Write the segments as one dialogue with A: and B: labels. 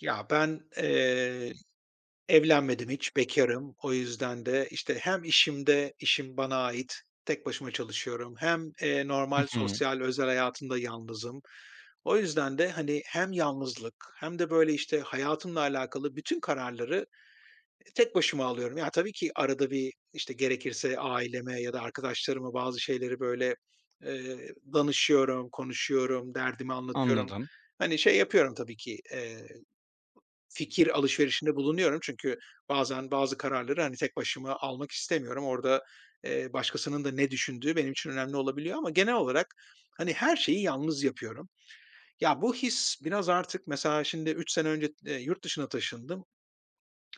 A: Ya, ben, evlenmedim hiç, bekarım. O yüzden de, işte, hem işimde işim bana ait, tek başıma çalışıyorum hem,
B: Hı
A: normal
B: hı.
A: sosyal özel hayatımda yalnızım. O yüzden de, hani, hem yalnızlık hem de, böyle, işte, hayatımla alakalı bütün kararları tek başıma alıyorum. Ya, tabii ki arada bir, işte, gerekirse aileme ya da arkadaşlarıma bazı şeyleri, böyle, danışıyorum, konuşuyorum, derdimi anlatıyorum.
B: Anladım.
A: Hani, şey yapıyorum tabii ki, fikir alışverişinde bulunuyorum. Çünkü bazen bazı kararları, hani, tek başıma almak istemiyorum. Orada, başkasının da ne düşündüğü benim için önemli olabiliyor ama genel olarak, hani, her şeyi yalnız yapıyorum. Ya, bu his biraz artık mesela şimdi 3 sene önce, yurt dışına taşındım.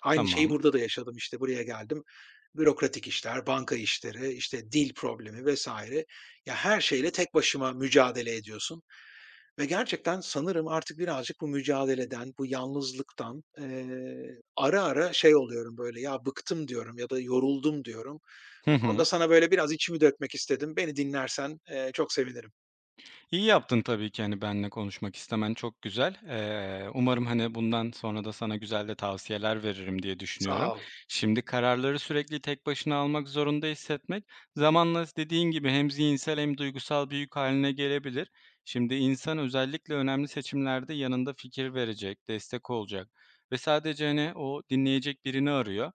A: Aynı şeyi
B: Tamam.
A: burada da yaşadım, işte, buraya geldim. Bürokratik işler, banka işleri, işte, dil problemi vesaire. Ya, her şeyle tek başıma mücadele ediyorsun. Ve gerçekten sanırım artık birazcık bu mücadeleden, bu yalnızlıktan, ara ara şey oluyorum böyle, "Ya, bıktım." diyorum ya da "Yoruldum." diyorum.
B: Hı
A: Onda
B: hı.
A: sana böyle biraz içimi dökmek istedim. Beni dinlersen, çok sevinirim.
B: İyi yaptın tabii ki, hani, benimle konuşmak istemen çok güzel. Umarım, hani, bundan sonra da sana güzel de tavsiyeler veririm diye düşünüyorum.
A: Sağ ol.
B: Şimdi kararları sürekli tek başına almak zorunda hissetmek zamanla dediğin gibi hem zihinsel hem duygusal bir yük hâline gelebilir. Şimdi insan özellikle önemli seçimlerde yanında fikir verecek, destek olacak ve sadece, hani, o dinleyecek birini arıyor.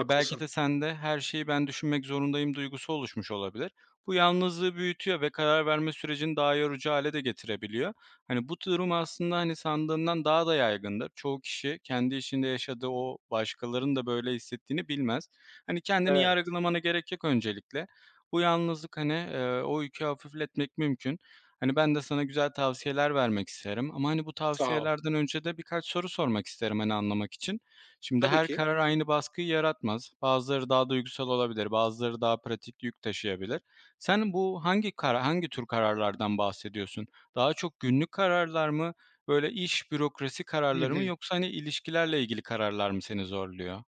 B: E, belki de sende her şeyi ben düşünmek zorundayım duygusu oluşmuş olabilir. Bu yalnızlığı büyütüyor ve karar verme sürecini daha yorucu hale de getirebiliyor. Hani, bu durum aslında, hani, sandığından daha da yaygındır. Çoğu kişi kendi içinde yaşadığı o başkalarının da böyle hissettiğini bilmez. Hani, kendini
A: Evet,
B: yargılamana gerek yok öncelikle. Bu yalnızlık, hani, o yükü hafifletmek mümkün. Hani, ben de sana güzel tavsiyeler vermek isterim ama, hani, bu
A: sağ ol.
B: tavsiyelerden önce de birkaç soru sormak isterim, hani, anlamak için. Şimdi
A: Tabii
B: her
A: ki.
B: karar aynı baskıyı yaratmaz. Bazıları daha duygusal olabilir, bazıları daha pratik yük taşıyabilir. Sen bu hangi tür kararlardan bahsediyorsun? Daha çok günlük kararlar mı, böyle iş, bürokrasi
A: Hı
B: kararları mı
A: hı.
B: yoksa, hani, ilişkilerle ilgili kararlar mı seni zorluyor?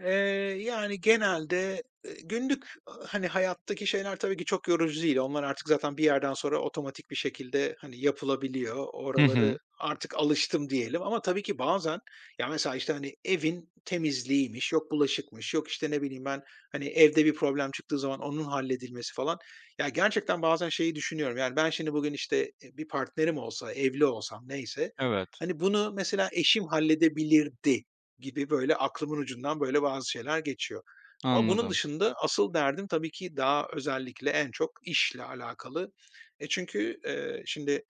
A: Ee, yani genelde günlük hani hayattaki şeyler tabii ki çok yorucu değil. Onlar artık zaten bir yerden sonra otomatik bir şekilde hani yapılabiliyor.
B: Hı hı.
A: Oraları artık alıştım diyelim. Ama tabii ki bazen ya mesela işte hani evin temizliğiymiş, yok bulaşıkmış, yok işte ne bileyim ben hani evde bir problem çıktığı zaman onun halledilmesi falan. Ya gerçekten bazen şeyi düşünüyorum. Yani ben şimdi bugün işte bir partnerim olsa, evli olsam neyse
B: Evet,
A: hani bunu mesela eşim halledebilirdi gibi böyle aklımın ucundan böyle bazı şeyler geçiyor. Ama bunun
B: anladım.
A: dışında asıl derdim tabii ki daha özellikle en çok işle alakalı. Çünkü, şimdi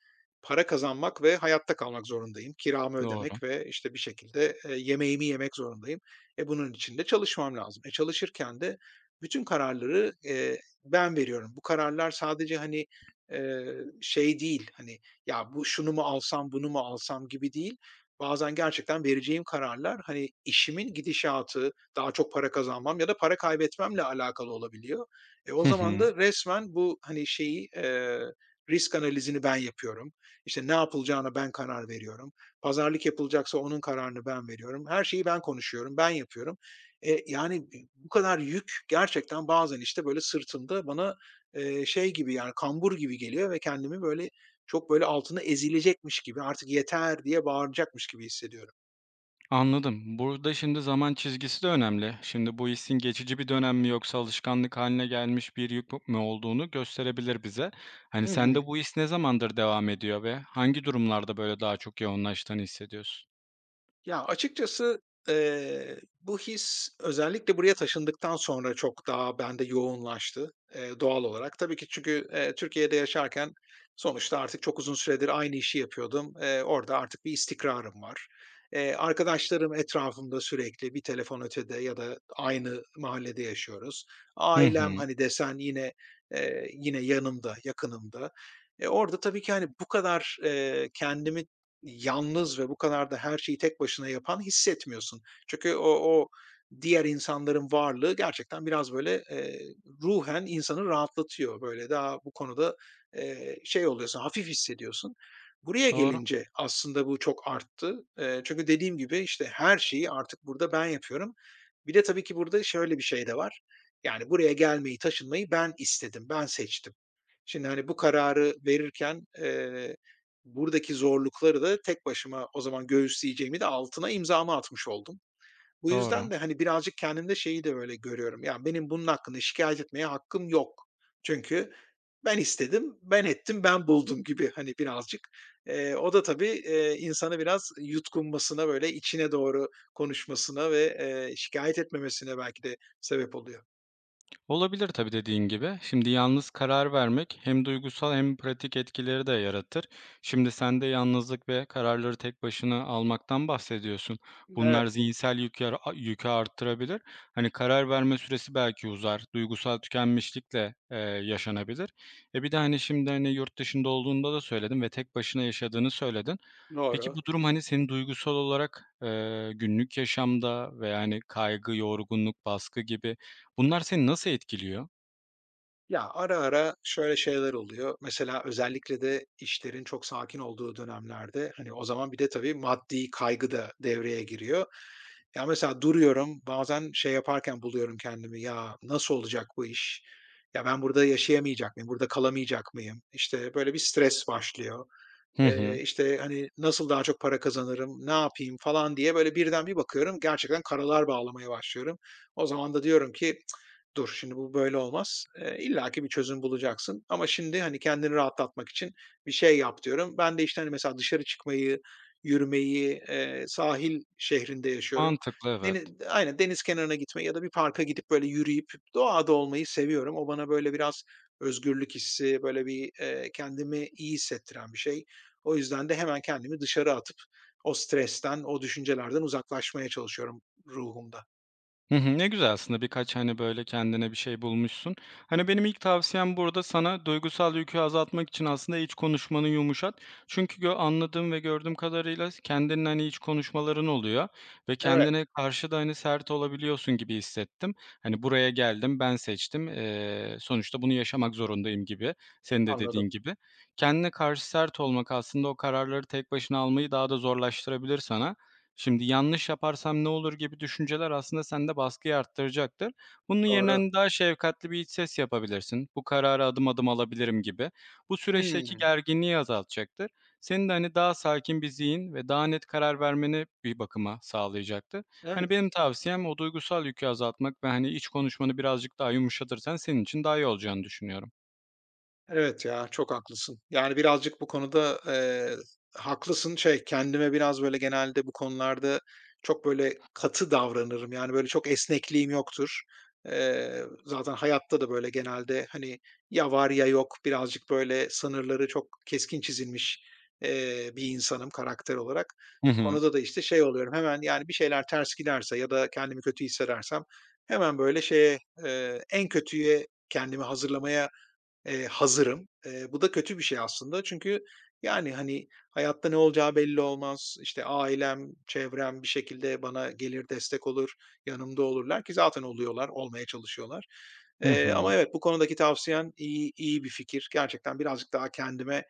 A: para kazanmak ve hayatta kalmak zorundayım. Kiramı
B: Doğru.
A: ödemek ve, işte, bir şekilde, yemeğimi yemek zorundayım. Bunun için de çalışmam lazım. Çalışırken de bütün kararları, ben veriyorum. Bu kararlar sadece, hani, şey değil, hani, "Ya, bu şunu mu alsam, bunu mu alsam?" gibi değil. Bazen gerçekten vereceğim kararlar, hani, işimin gidişatı, daha çok para kazanmam ya da para kaybetmemle alakalı olabiliyor. O
B: Hı
A: zaman
B: hı.
A: da resmen bu, hani, şeyi, risk analizini ben yapıyorum. İşte, ne yapılacağına ben karar veriyorum. Pazarlık yapılacaksa onun kararını ben veriyorum. Her şeyi ben konuşuyorum, ben yapıyorum. Yani, bu kadar yük gerçekten bazen, işte, böyle, sırtımda bana, şey gibi, yani, kambur gibi geliyor ve kendimi, böyle, çok böyle altına ezilecekmiş gibi, artık yeter diye bağıracakmış gibi hissediyorum.
B: Anladım. Burada şimdi zaman çizgisi de önemli. Şimdi bu hissin geçici bir dönem mi yoksa alışkanlık haline gelmiş bir yük mü olduğunu gösterebilir bize. Hani,
A: Hı
B: sende
A: hı.
B: bu his ne zamandır devam ediyor ve hangi durumlarda böyle daha çok yoğunlaştığını hissediyorsun?
A: Ya, açıkçası, bu his özellikle buraya taşındıktan sonra çok daha bende yoğunlaştı, doğal olarak. Tabii ki çünkü, Türkiye'de yaşarken sonuçta artık çok uzun süredir aynı işi yapıyordum. Orada artık bir istikrarım var. Arkadaşlarım etrafımda sürekli bir telefon ötede ya da aynı mahallede yaşıyoruz.
B: Hı
A: Ailem,
B: hı.
A: hani, desen yine, yine yanımda, yakınımda. Orada tabii ki, hani, bu kadar, kendimi yalnız ve bu kadar da her şeyi tek başına yapan hissetmiyorsun. Çünkü o diğer insanların varlığı gerçekten biraz böyle, ruhen insanı rahatlatıyor. Böyle daha bu konuda, şey oluyorsun, hafif hissediyorsun. Buraya
B: Doğru,
A: gelince aslında bu çok arttı. Çünkü dediğim gibi, işte, her şeyi artık burada ben yapıyorum. Bir de tabii ki burada şöyle bir şey de var. Yani buraya gelmeyi, taşınmayı ben istedim, ben seçtim. Şimdi, hani, bu kararı verirken, buradaki zorlukları da tek başıma o zaman göğüsleyeceğimi de altına imzamı atmış oldum. Bu
B: doğru.
A: yüzden de, hani, birazcık kendimde şeyi de böyle görüyorum. Yani benim bunun hakkında şikayet etmeye hakkım yok. Çünkü ben istedim, ben ettim, ben buldum gibi, hani, birazcık. O da tabii, insanı biraz yutkunmasına, böyle içine doğru konuşmasına ve, şikâyet etmemesine belki de sebep oluyor.
B: Olabilir tabii dediğin gibi. Şimdi yalnız karar vermek hem duygusal hem pratik etkileri de yaratır. Şimdi sen de yalnızlık ve kararları tek başına almaktan bahsediyorsun. Bunlar
A: Evet,
B: zihinsel yükü, yükü arttırabilir. Hani karar verme süresi belki uzar. Duygusal tükenmişlikle yaşanabilir. E bir de hani şimdi hani yurt dışında olduğunda da söyledin ve tek başına yaşadığını söyledin. Peki
A: doğru.
B: bu durum hani seni duygusal olarak günlük yaşamda ve yani kaygı, yorgunluk, baskı gibi bunlar seni nasıl etkiliyor?
A: Ya, ara ara şöyle şeyler oluyor. Mesela özellikle de işlerin çok sakin olduğu dönemlerde, hani, o zaman bir de tabii maddi kaygı da devreye giriyor. Ya, mesela duruyorum, bazen şey yaparken buluyorum kendimi, "Ya, nasıl olacak bu iş? Ya, ben burada yaşayamayacak mıyım? Burada kalamayacak mıyım?" İşte, böyle bir stres başlıyor.
B: Hı hı.
A: İşte, hani, "Nasıl daha çok para kazanırım? Ne yapayım?" falan diye böyle birden bir bakıyorum, gerçekten karalar bağlamaya başlıyorum. O zaman da diyorum ki dur şimdi bu böyle olmaz. Ki bir çözüm bulacaksın ama şimdi, hani, kendini rahatlatmak için bir şey yap diyorum. Ben de, işte, hani, mesela dışarı çıkmayı, yürümeyi, sahil şehrinde yaşıyorum.
B: Mantıklı, evet.
A: Aynen, deniz kenarına gitmeyi ya da bir parka gidip böyle yürüyüp doğada olmayı seviyorum. O bana böyle biraz özgürlük hissi, böyle bir, kendimi iyi hissettiren bir şey. O yüzden de hemen kendimi dışarı atıp o stresten, o düşüncelerden uzaklaşmaya çalışıyorum ruhumda.
B: Hı hı. Ne güzel aslında birkaç, hani, böyle kendine bir şey bulmuşsun. Hani, benim ilk tavsiyem burada sana duygusal yükü azaltmak için aslında iç konuşmanı yumuşat. Çünkü anladığım ve gördüğüm kadarıyla kendinin, hani, iç konuşmaların oluyor ve
A: Evet,
B: kendine karşı da, hani, sert olabiliyorsun gibi hissettim. Hani, buraya geldim, ben seçtim, sonuçta bunu yaşamak zorundayım gibi, senin de
A: anladım.
B: dediğin gibi. Kendine karşı sert olmak aslında o kararları tek başına almayı daha da zorlaştırabilir sana. Şimdi yanlış yaparsam ne olur gibi düşünceler aslında sende baskıyı arttıracaktır. Bunun yerine,
A: Doğru.
B: hani, daha şefkatli bir iç ses yapabilirsin. Bu kararı adım adım alabilirim gibi. Bu süreçteki
A: Hımm.
B: gerginliği azaltacaktır. Senin de, hani, daha sakin bir zihin ve daha net karar vermeni bir bakıma sağlayacaktır.
A: Evet,
B: Hani, benim tavsiyem o duygusal yükü azaltmak ve, hani, iç konuşmanı birazcık daha yumuşatırsan senin için daha iyi olacağını düşünüyorum.
A: evet ya, çok haklısın. Yani birazcık bu konuda, haklısın. Şey, kendime biraz böyle genelde bu konularda çok böyle katı davranırım. Yani böyle çok esnekliğim yoktur. Zaten hayatta da böyle genelde, hani, ya var ya yok birazcık böyle sınırları çok keskin çizilmiş, bir insanım karakter olarak.
B: Hı
A: Bu
B: hı.
A: konuda da işte şey oluyorum, hemen yani bir şeyler ters giderse ya da kendimi kötü hissedersem hemen böyle şeye, en kötüye kendimi hazırlamaya hazırım. Bu da kötü bir şey aslında çünkü, yani, hani, hayatta ne olacağı belli olmaz. İşte, ailem, çevrem bir şekilde bana gelir, destek olur, yanımda olurlar ki zaten oluyorlar, olmaya çalışıyorlar.
B: Hı hı.
A: Ama evet, bu konudaki tavsiyen iyi bir fikir. Gerçekten birazcık daha kendime,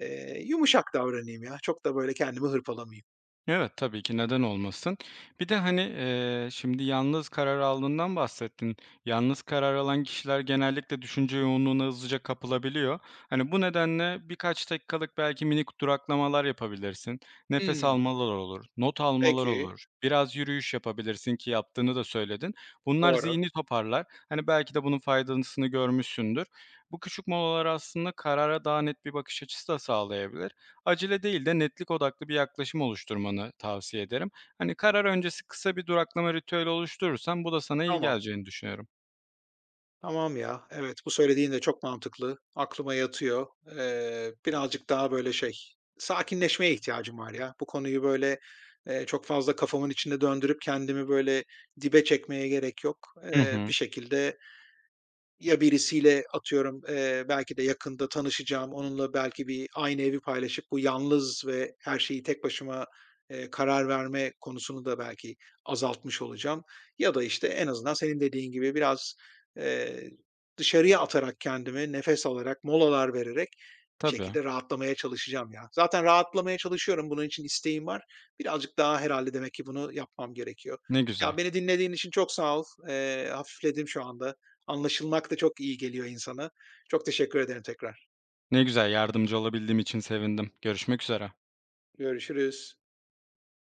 A: yumuşak davranayım ya. Çok da böyle kendimi hırpalamayayım.
B: Evet, tabii ki, neden olmasın? Bir de, hani, şimdi yalnız karar aldığından bahsettin. Yalnız karar alan kişiler genellikle düşünce yoğunluğuna hızlıca kapılabiliyor. Hani, bu nedenle birkaç dakikalık belki minik duraklamalar yapabilirsin. Nefes
A: Hımm,
B: almalar olur, not almalar
A: peki,
B: olur, biraz yürüyüş yapabilirsin ki yaptığını da söyledin. Bunlar
A: doğru.
B: zihni toparlar. Hani, belki de bunun faydasını görmüşsündür. Bu küçük molalar aslında karara daha net bir bakış açısı da sağlayabilir. Acele değil de netlik odaklı bir yaklaşım oluşturmanı tavsiye ederim. Hani karar öncesi kısa bir duraklama ritüeli oluşturursan bu da sana iyi
A: Tamam.
B: geleceğini düşünüyorum.
A: Tamam ya. Evet, bu söylediğin de çok mantıklı. Aklıma yatıyor. Birazcık daha böyle şey, sakinleşmeye ihtiyacım var ya. Bu konuyu böyle, çok fazla kafamın içinde döndürüp kendimi böyle dibe çekmeye gerek yok.
B: Hı
A: Bir
B: hı.
A: şekilde ya birisiyle atıyorum, belki de yakında tanışacağım, onunla belki bir aynı evi paylaşıp bu yalnız ve her şeyi tek başıma, karar verme konusunu da belki azaltmış olacağım. Ya da, işte, en azından senin dediğin gibi biraz, eee, dışarıya atarak kendimi, nefes alarak, molalar vererek bir
B: Tabii.
A: şekilde rahatlamaya çalışacağım ya. Zaten rahatlamaya çalışıyorum, bunun için isteğim var. Birazcık daha herhalde demek ki bunu yapmam gerekiyor.
B: Ne güzel.
A: Ya, beni dinlediğin için çok sağ ol. Hafifledim şu anda. Anlaşılmak da çok iyi geliyor insana. Çok teşekkür ederim tekrar.
B: Ne güzel yardımcı olabildiğim için sevindim. Görüşmek üzere.
A: Görüşürüz.